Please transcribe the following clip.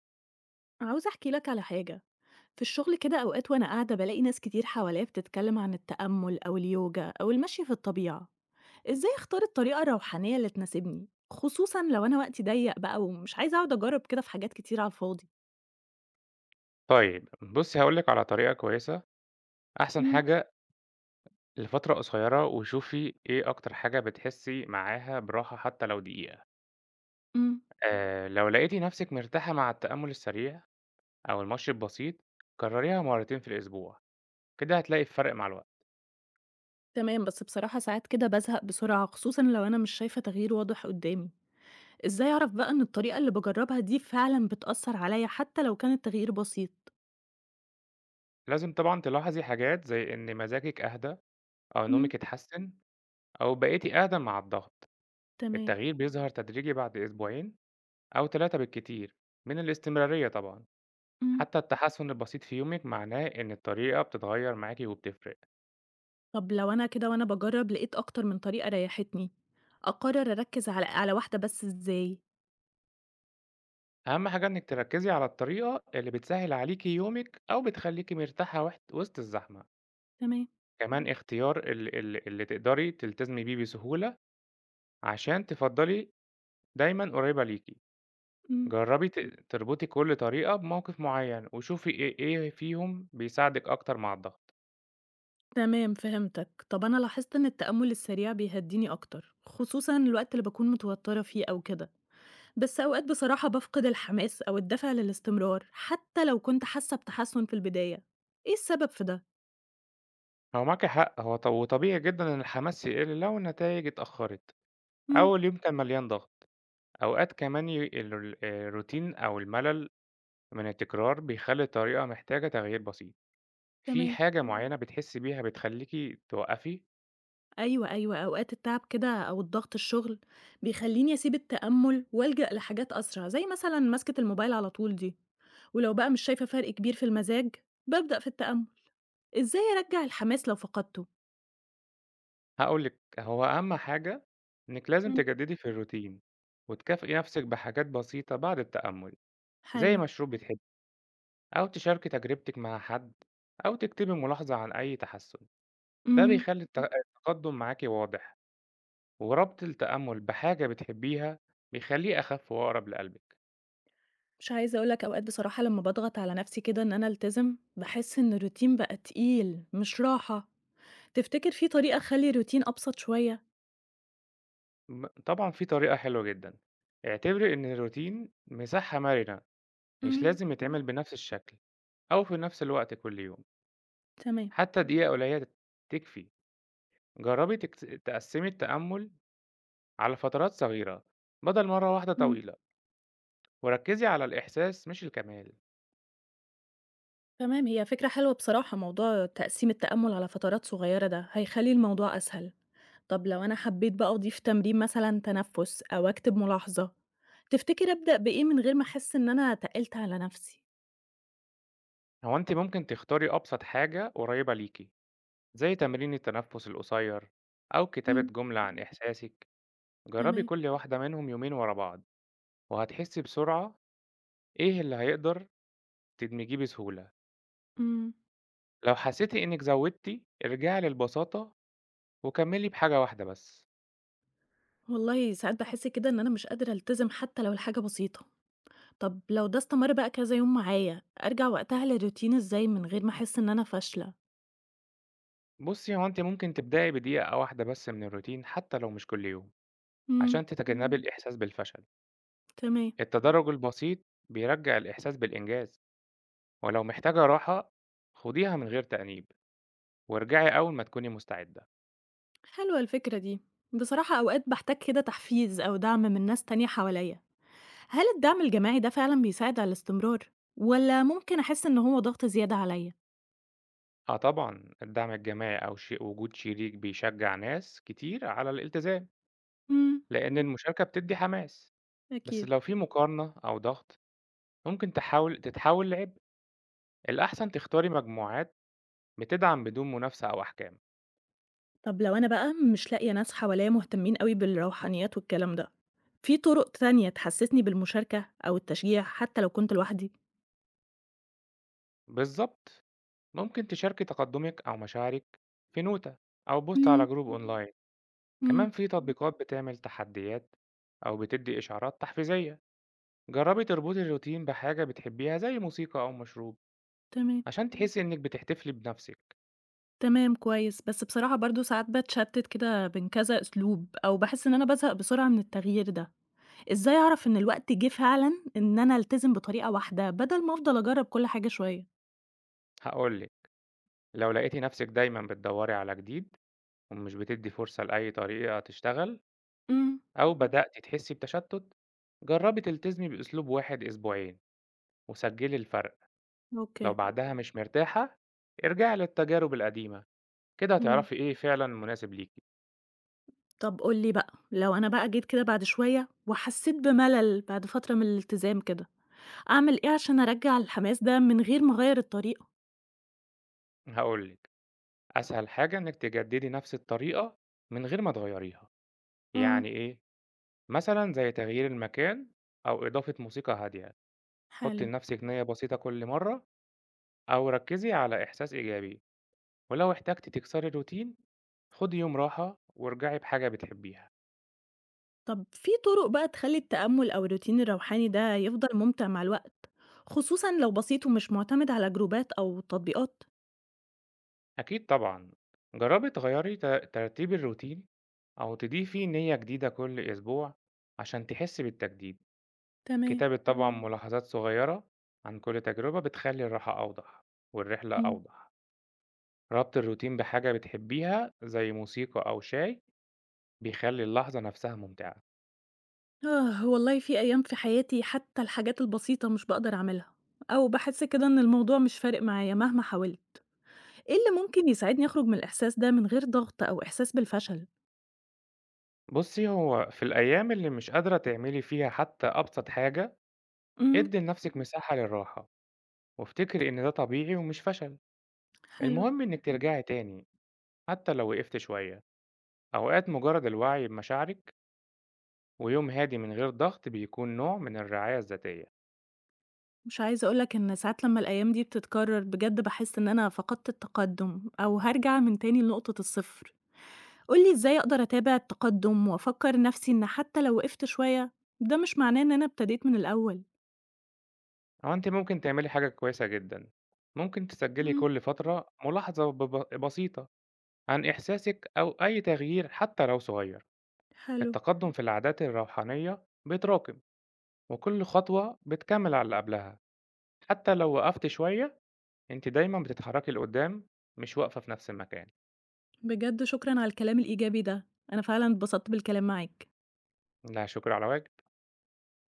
عاوزة أحكي لك على حاجة في الشغل كده أوقات وأنا قاعدة بلاقي ناس كتير حواليا بتتكلم عن التأمل أو اليوجا أو المشي في الطبيعة. إزاي أختار الطريقة الروحانية اللي تناسبني، خصوصا لو أنا وقتي ضيق بقى ومش عايزة أقعد أجرب كده في حاجات كتير على الفاضي؟ طيب، بُصّي هاقول لِك على طريقة كويسة، أحسن مم. حاجة لفترة قصيرة وشوفي إيه أكتر حاجة بتحسّي معاها براحة حتى لو دقيقة، امم. لو لقيتِ نَفْسِك مرتاحة مع التأمُّل السريع أو المشي البسيط، كرّريها مرّتين في الأسبوع، كده هتلاقي الفرق مع الوقت. تمام، بس بصراحة ساعات كده بزهق بسرعة، خصوصا لو أنا مش شايفة تغيير واضح قدامي. إزاي أعرف بقى إن الطريقة اللي بجربها دي فعلا بتأثر عليا حتى لو كان التغيير بسيط؟ لازم طبعًا تلاحظي حاجات زي إن مزاجِك أهدى أو مم. نومِك اتحسّن أو بقيتِ أهدى مع الضغط، تمام. التغيير بيظهر تدريجي بعد أسبوعين أو 3 بالكتير من الاستمرارية طبعًا. امم. حتى التحسن البسيط في يومِك معناه إن الطريقة بتتغيّر معاكِ وبتفرق، طب لو أنا كده وأنا باجرّب لقيت أكتر من طريقة ريحتني، أقرر أركّز على واحدة بس إزاي؟ أهم حاجة إنِّك تركّزي على الطريقة اللي بتسهّل عليكِ يومِك أو بتخلّيكِ مرتاحة وحت وسط الزحمة، تمام. كمان اختيار ال اللي تقدري تلتزمي بيه بسهولة عشان تفضّلي دايمًا قريّبة ليكِ، إمم. جرّبي تربطي كل طريقة بموقف معيّن وشوفي إيه فيهم بيساعدِك أكتر مع الضغط. تمام، فهمتك. طب أنا لاحظت إن التأمل السريع بيهدّيني أكتر، خصوصًا الوقت اللي باكون متوترة فيه أو كده، بس أوقات بصراحة بافقد الحماس أو الدافع للاستمرار، حتى لو كنت حاسة بتحسن في البداية. إيه السبب في ده؟ هو معاكِ حق، هو ط وطبيعي جدًا إن الحماس يقِل لو النتايج اتأخّرت، إمم. أول يوم كان مليان ضغط. أوقات كمان الروتين أو الملل من التكرار بيخلّي الطريقة محتاجة تغيير بسيط. في تمام. حاجة معيّنة بتحسّي بيها بتخلّيكِ توقّفي؟ أيوه، أيوه، أوقات التعب كده أو الضغط الشغل بيخلّيني أسيب التأمُّل وألجأ لحاجات أسرع، زي مثلًا مَسكة الموبايل على طول دي، ولو بقى مش شايفة فرق كبير في المزاج، بابدأ في التأمُّل. إزاي أرجّع الحماس لو فقدته؟ هاقول لِك، هو أهم حاجة إنِّك لازم إمم. تجدّدي في الروتين وتكافئي نَفْسِك بحاجات بسيطة بعد التأمُّل، زي حلو. مشروب بتحبّيه أو تشاركي تجربتِك مع حد أو تكتبي ملاحظة عن أي تحسُّن. ده إمم. بيخلّي الت إمم. التقدُّم معاكِ واضح وربط التأمُّل بحاجة بتحبّيها بيخلّيه أخَف وأقرب لقلبِك. مش عايزة أقول لك، أوقات بصراحة لمّا باضغط على نَفْسي كده إن أنا ألتزم، باحس إن الروتين بقى تقيل مش راحة. تفتكر في طريقة أخلّي الروتين أبسط شوية؟ طبعًا في طريقة حلوة جدًا، اعتبري إن الروتين مساحة مرنة مش إمم. لازم يتعمل بنفس الشكل أو في نفس الوقت كل يوم، تمام. حتى دقيقة قليلة تكفي. جربي تقسمي التأمل على فترات صغيرة بدل مرة واحدة إمم. طويلة، وركزي على الإحساس مش الكمال. تمام، هي فكرة حلوة بصراحة، موضوع تقسيم التأمل على فترات صغيرة ده هيخلي الموضوع أسهل. طب لو أنا حبيت بقى أضيف تمرين مثلا تنفس أو أكتب ملاحظة، تفتكر أبدأ بإيه من غير ما أحس إن أنا تقلت على نفسي؟ هو أنتِ ممكن تختاري أبسط حاجة قريبة ليكِ، زي تمرين التنفس القصير أو كتابة مم. جملة عن إحساسِك. جربي تمام. كل واحدة منهم يومين ورا بعض، وهتحسي بسرعة إيه اللي هيقدر تدمجيه بسهولة، مم. لو حسيتِ إنِّك زوّدتِ ارجعي للبساطة وكمّلي بحاجة واحدة بس. والله ساعات بحس كده إن أنا مش قادرة ألتزم حتى لو الحاجة بسيطة. طب لو ده استمر بقى كذا يوم معايا، أرجع وقتها للروتين إزاي من غير ما أحس إن أنا فاشلة؟ بُصّي، هو أنتِ ممكن تبدئي بدقيقة واحدة بس من الروتين حتى لو مش كل يوم، مم. عشان تتجنّبي الإحساس بالفشل. تمام. التدرُّج البسيط بيرجّع الإحساس بالإنجاز، ولو محتاجة راحة خُديها من غير تأنيب وارجعي أول ما تكوني مستعدة. حلوة الفكرة دي. بصراحة أوقات باحتاج كده تحفيز أو دعم من ناس تانية حواليّا. هل الدعم الجماعي ده فعلًا بيساعد على الاستمرار والّا ممكن أحس إن هو ضغط زيادة عليّا؟ آه طبعًا، الدعم الجماعي أو وجود شريك بيشجّع ناس كتير على الالتزام، إمم. لإن المشاركة بتدّي حماس، بس لو أكيد. في مقارنة أو ضغط ممكن تحاول تتحول لعبء، الأحسن تختاري مجموعات بتدعم بدون منافسة أو أحكام. طب لو أنا بقى مش لاقية ناس حواليّا مهتمين أوي بالروحانيات والكلام ده، في طرق تانية تحسسني بالمشاركة أو التشجيع حتى لو كنت لوحدي؟ بالظبط ممكن تشاركي تقدمك أو مشاعرك في نوتة أو بوست إمم. على جروب أونلاين. إمم. كمان في تطبيقات بتعمل تحديات أو بتدي إشعارات تحفيزية، جربي تربطي الروتين بحاجة بتحبيها زي موسيقى أو مشروب تمام. عشان تحسي إنك بتحتفلي بنفسك. تمام كويس. بس بصراحة برضه ساعات باتشتت كده بين كذا أسلوب، أو باحس إن أنا بازهق بسرعة من التغيير ده. إزاي أعرف إن الوقت جِه فعلًا إن أنا ألتزم بطريقة واحدة، بدل ما أفضل أجرّب كل حاجة شوية؟ هقولك، لو لقيتي نفسك دايما بتدوري على جديد ومش بتدي فرصة لأي طريقة تشتغل إمم. أو بدأتِ تحسي بتشتت، جربي تلتزمي بأسلوب واحد أسبوعين وسجلي الفرق، لو أوكي. بعدها مش مرتاحة ارجعي للتجارب القديمة، كده إمم. هتعرفي إيه فعلًا مناسب ليكِ. طب قُل لي بقى، لو أنا بقى جيت كده بعد شوية وحسيت بملل بعد فترة من الالتزام كده، أعمل إيه عشان أرجّع الحماس ده من غير ما أغيّر الطريقة؟ هاقول لِك، أسهل حاجة إنِك تجددي نفس الطريقة من غير ما تغيريها، إمم. يعني إيه؟ مثلًا زي تغيير المكان أو إضافة موسيقى هادية، حطي حلو. لنفسِك نية بسيطة كل مرة أو ركزي على إحساس إيجابي، ولو احتجتِ تكسري الروتين خدي يوم راحة وارجعي بحاجة بتحبيها. طب في طُرق بقى تخلّي التأمُّل أو الروتين الروحاني ده يفضل مُمتع مع الوقت، خصوصًا لو بسيط ومش مُعتمد على جروبات أو تطبيقات؟ أكيد طبعًا. جرّبي تغيّري ت ترتيب الروتين أو تضيفي نية جديدة كل أسبوع عشان تحسّي بالتجديد. تمام. كتابة طبعًا ملاحظات صغيّرة عن كل تجربة بتخلّي الراحة أوضح والرحلة إمم. أوضح. ربط الروتين بحاجة بتحبيها زي موسيقى أو شاي بيخلّي اللحظة نفسها ممتعة. آه، والله في أيام في حياتي حتى الحاجات البسيطة مش باقدر أعملها، أو باحس كده إن الموضوع مش فارق معايا مهما حاولت. إيه اللي ممكن يساعدني أخرج من الإحساس ده من غير ضغط أو إحساس بالفشل؟ بُصّي، هو في الأيام اللي مش قادرة تعملي فيها حتّى أبسط حاجة، إمم. ادّي لنفسِك مساحة للراحة وافتكري إن ده طبيعي ومش فشل. حلو. المهم إنِّك ترجعي تاني حتى لو وقفت شوية، أوقات مجرد الوعي بمشاعرك ويوم هادي من غير ضغط بيكون نوع من الرعاية الذاتية. مش عايزة أقول لك إن ساعات لمّا الأيام دي بتتكرر بجد باحس إن أنا فقدت التقدم، أو هارجع من تاني لنقطة الصفر. قُل لي إزاي أقدر أتابع التقدم وأفكر نفسي إن حتى لو وقفت شوية ده مش معناه إن أنا ابتديت من الأول؟ أو أنت ممكن تعملي حاجة كويسة جدا، ممكن تسجلي إمم. كل فترة ملاحظة بسيطة عن إحساسك أو أي تغيير حتى لو صغير. حلو. التقدم في العادات الروحانية بيتراكم وكل خطوة بتكمل على اللي قبلها، حتى لو وقفت شوية أنت دايما بتتحركي لقدام مش واقفة في نفس المكان. بجد شكرًا على الكلام الإيجابي ده، أنا فعلًا اتبسطت بالكلام معاك. لا شكر على واجب.